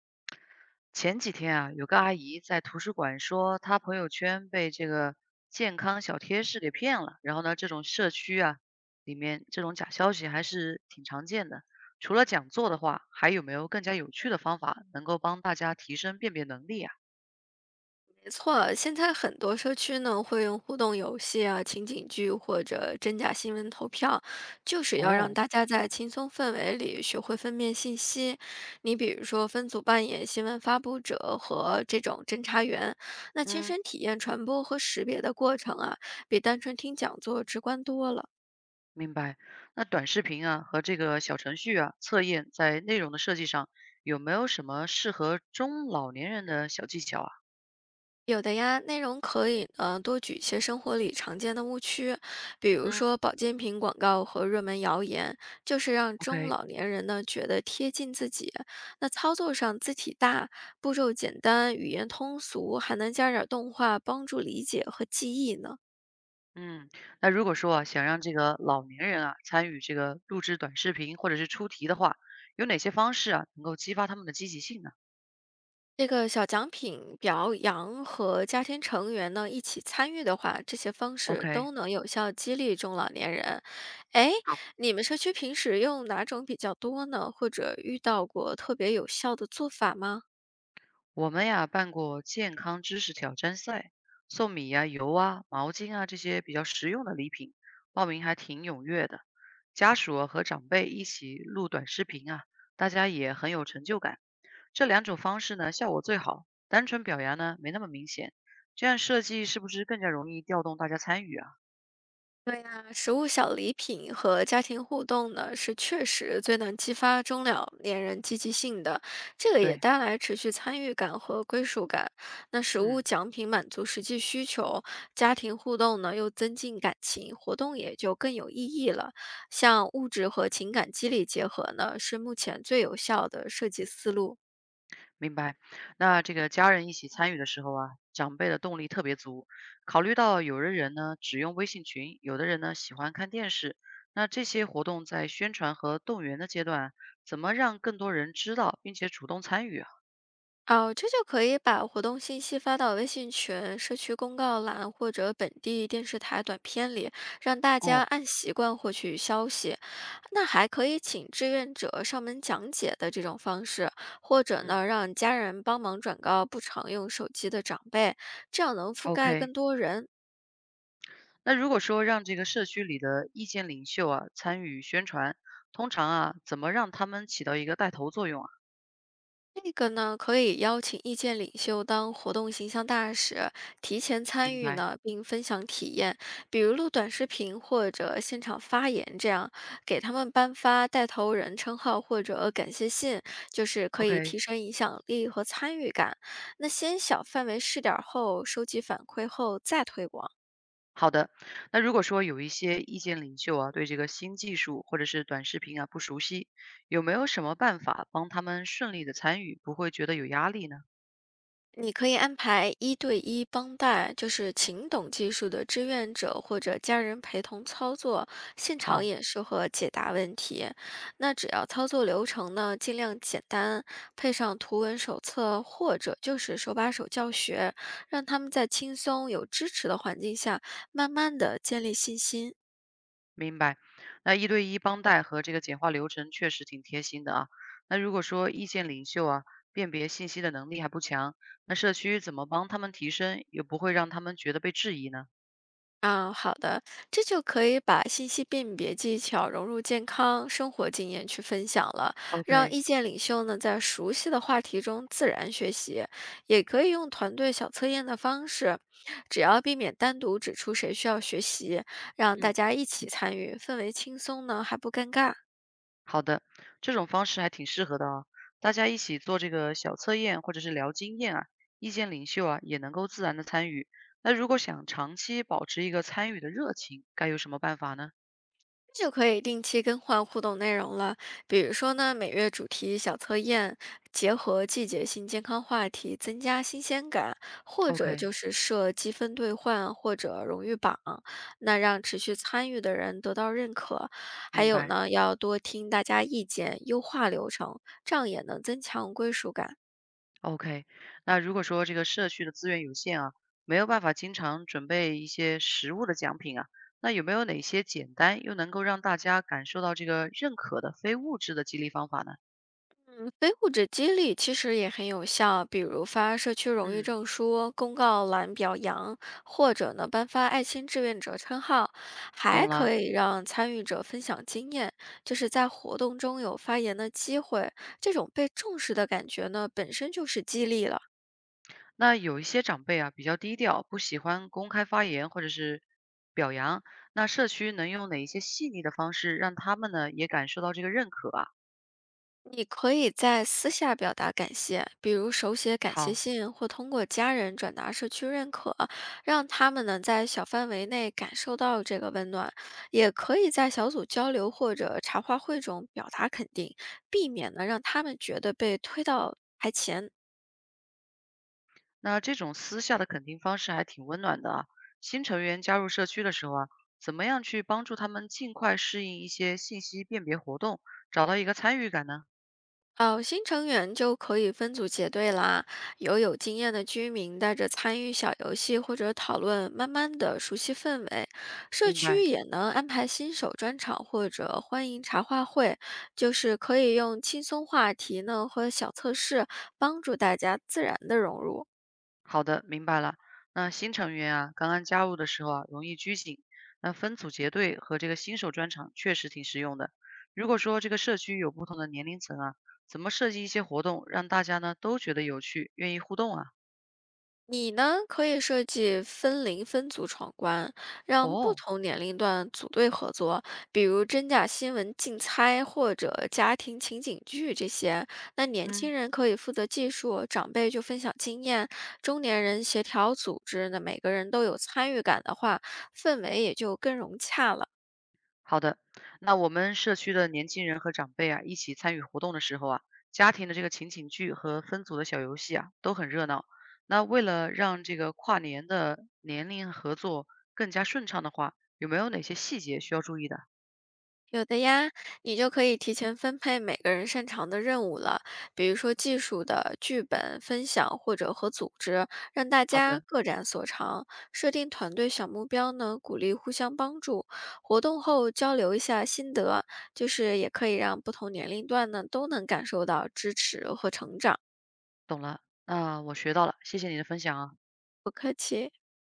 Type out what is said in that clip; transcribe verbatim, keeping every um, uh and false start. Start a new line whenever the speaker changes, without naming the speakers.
前几天啊，有个阿姨在图书馆说，她朋友圈被这个健康小贴士给骗了。然后呢，这种社区啊，里面这种假消息还是挺常见的。除了讲座的话，还有没有更加有趣的方法能够帮大家提升辨别能力啊？
没错，现在很多社区呢会用互动游戏啊、情景剧或者真假新闻投票，就是要让
哦。
大家在轻松氛围里学会分辨信息。你比如说分组扮演新闻发布者和这种侦查员，那亲
嗯。
身体验传播和识别的过程啊，比单纯听讲座直观多了。
明白。那短视频啊和这个小程序啊测验在内容的设计上有没有什么适合中老年人的小技巧啊？
有的呀，内容可以呃多举一些生活里常见的误区，比如
嗯
说保健品广告和热门谣言，就是让中
，OK。
老年人呢觉得贴近自己。那操作上字体大，步骤简单，语言通俗，还能加点儿动画帮助理解和记忆呢。
嗯，那如果说啊，想让这个老年人啊参与这个录制短视频或者是出题的话，有哪些方式啊能够激发他们的积极性呢
这个小奖品表扬和家庭成员呢一起参与的话，这些方式都
？OK，
能有效激励中老年人。哎，
好，
你们社区平时用哪种比较多呢？或者遇到过特别有效的做法吗？
我们呀办过健康知识挑战赛，送米呀、油啊、毛巾啊这些比较实用的礼品，报名还挺踊跃的。家属啊和长辈一起录短视频啊，大家也很有成就感。这两种方式呢，效果最好，单纯表扬呢没那么明显。这样设计是不是更加容易调动大家参与啊？
那食物小礼品和家庭互动呢，是确实最能激发中老年人积极性的，这个也
对。
带来持续参与感和归属感。那食物
嗯。
奖品满足实际需求，家庭互动呢又增进感情，活动也就更有意义了。像物质和情感激励结合呢，是目前最有效的设计思路。
明白。那这个家人一起参与的时候啊，长辈的动力特别足。考虑到有的人呢只用微信群，有的人呢喜欢看电视，那这些活动在宣传和动员的阶段，怎么让更多人知道并且主动参与啊？
哦，这就可以把活动信息发到微信群、社区公告栏或者本地电视台短片里，让大家
哦。
按习惯获取消息。那还可以请志愿者上门讲解的这种方式，或者
嗯
呢，让家人帮忙转告不常用手机的长辈，这样能覆盖更
，OK。
多人。
那如果说让这个社区里的意见领袖啊参与宣传，通常啊怎么让他们起到一个带头作用啊？
这个呢，可以邀请意见领袖当活动形象大使，提前参
明
与
白
呢，并分享体验，比如录短视频或者现场发言，这样给他们颁发带头人称号或者感谢信，就是可以
，OK。
提升影响力和参与感。那先小范围试点儿后，收集反馈后再推广。
好的，那如果说有一些意见领袖啊，对这个新技术或者是短视频啊不熟悉，有没有什么办法帮他们顺利的参与，不会觉得有压力呢？
你可以安排一对一帮带，就是请懂技术的志愿者或者家人陪同操作，现场
好。
演示和解答问题。那只要操作流程呢，尽量简单，配上图文手册或者就是手把手教学，让他们在轻松有支持的环境下，慢慢的建立信心。
明白。那一对一帮带和这个简化流程确实挺贴心的啊。那如果说意见领袖啊辨别信息的能力还不强，那社区怎么帮他们提升，也不会让他们觉得被质疑呢
啊，好的，这就可以把信息辨别技巧融入健康生活经验去分享了，让
？OK。
意见领袖呢在熟悉的话题中自然学习，也可以用团队小测验的方式，只要避免单独指出谁需要学习，让大
嗯。
家一起参与，氛围轻松呢还不尴尬。
好的，这种方式还挺适合的啊，大家一起做这个小测验或者是聊经验啊，意见领袖啊也能够自然的参与。那如果想长期保持一个参与的热情，该有什么办法呢
就可以定期更换互动内容了。比如说呢，每月主题小测验，结合季节性健康话题，增加新鲜感，或者就
？OK。
是设积分兑换或者荣誉榜，那让持续参与的人得到认可。还
明
有
白。
呢，要多听大家意见，优化流程，这样也能增强归属感。
OK，那如果说这个社区的资源有限啊，没有办法经常准备一些实物的奖品啊，那有没有哪些简单又能够让大家感受到这个认可的非物质的激励方法呢？
非物质激励其实也很有效，比如发社区荣誉
嗯。
证书、公告栏表扬，或者呢颁发爱心志愿者称号，还
懂了。
可以让参与者分享经验，就是在活动中有发言的机会，这种被重视的感觉呢，本身就是激励了。
那有一些长辈啊，比较低调，不喜欢公开发言或者是表扬，那社区能用哪一些细腻的方式让他们呢也感受到这个认可啊？
你可以在私下表达感谢，比如手写感谢
好。
信，或通过家人转达社区认可，让他们能在小范围内感受到这个温暖。也可以在小组交流或者茶话会中表达肯定，避免呢让他们觉得被推到台前。
那这种私下的肯定方式还挺温暖的啊。新成员加入社区的时候啊，怎么样去帮助他们尽快适应一些信息辨别活动，找到一个参与感呢？
哦，新成员就可以分组结队啦。有有经验的居民带着参与小游戏或者讨论，慢慢的熟悉氛围。社
明
区
白。
也能安排新手专场或者欢迎茶话会，就是可以用轻松话题呢和小测试帮助大家自然的融入。
好的，明白了。那新成员啊，刚刚加入的时候啊，容易拘谨。那分组结队和这个新手专场确实挺实用的。如果说这个社区有不同的年龄层啊，怎么设计一些活动，让大家呢都觉得有趣，愿意互动啊？
你呢，可以设计分龄分组闯关，让不
哦。
同年龄段组队合作，比如真假新闻竞猜或者家庭情景剧这些。那年轻
嗯。
人可以负责技术，长辈就分享经验，中年人协调组织，那每个人都有参与感的话，氛围也就更融洽了。
好的，那我们社区的年轻人和长辈啊，一起参与活动的时候啊，家庭的这个情景剧和分组的小游戏啊，都很热闹。那为了让这个跨年的年龄合作更加顺畅的话，有没有哪些细节需要注意的？
有的呀，你就可以提前分配每个人擅长的任务了，比如说技术的、剧本分享或者和组织，让大
好
家
的，
各展所长。设定团队小目标呢，鼓励互相帮助。活动后交流一下心得，就是也可以让不同年龄段呢都能感受到支持和成长。
懂了，那我学到了，谢谢你的分享啊。
不客气。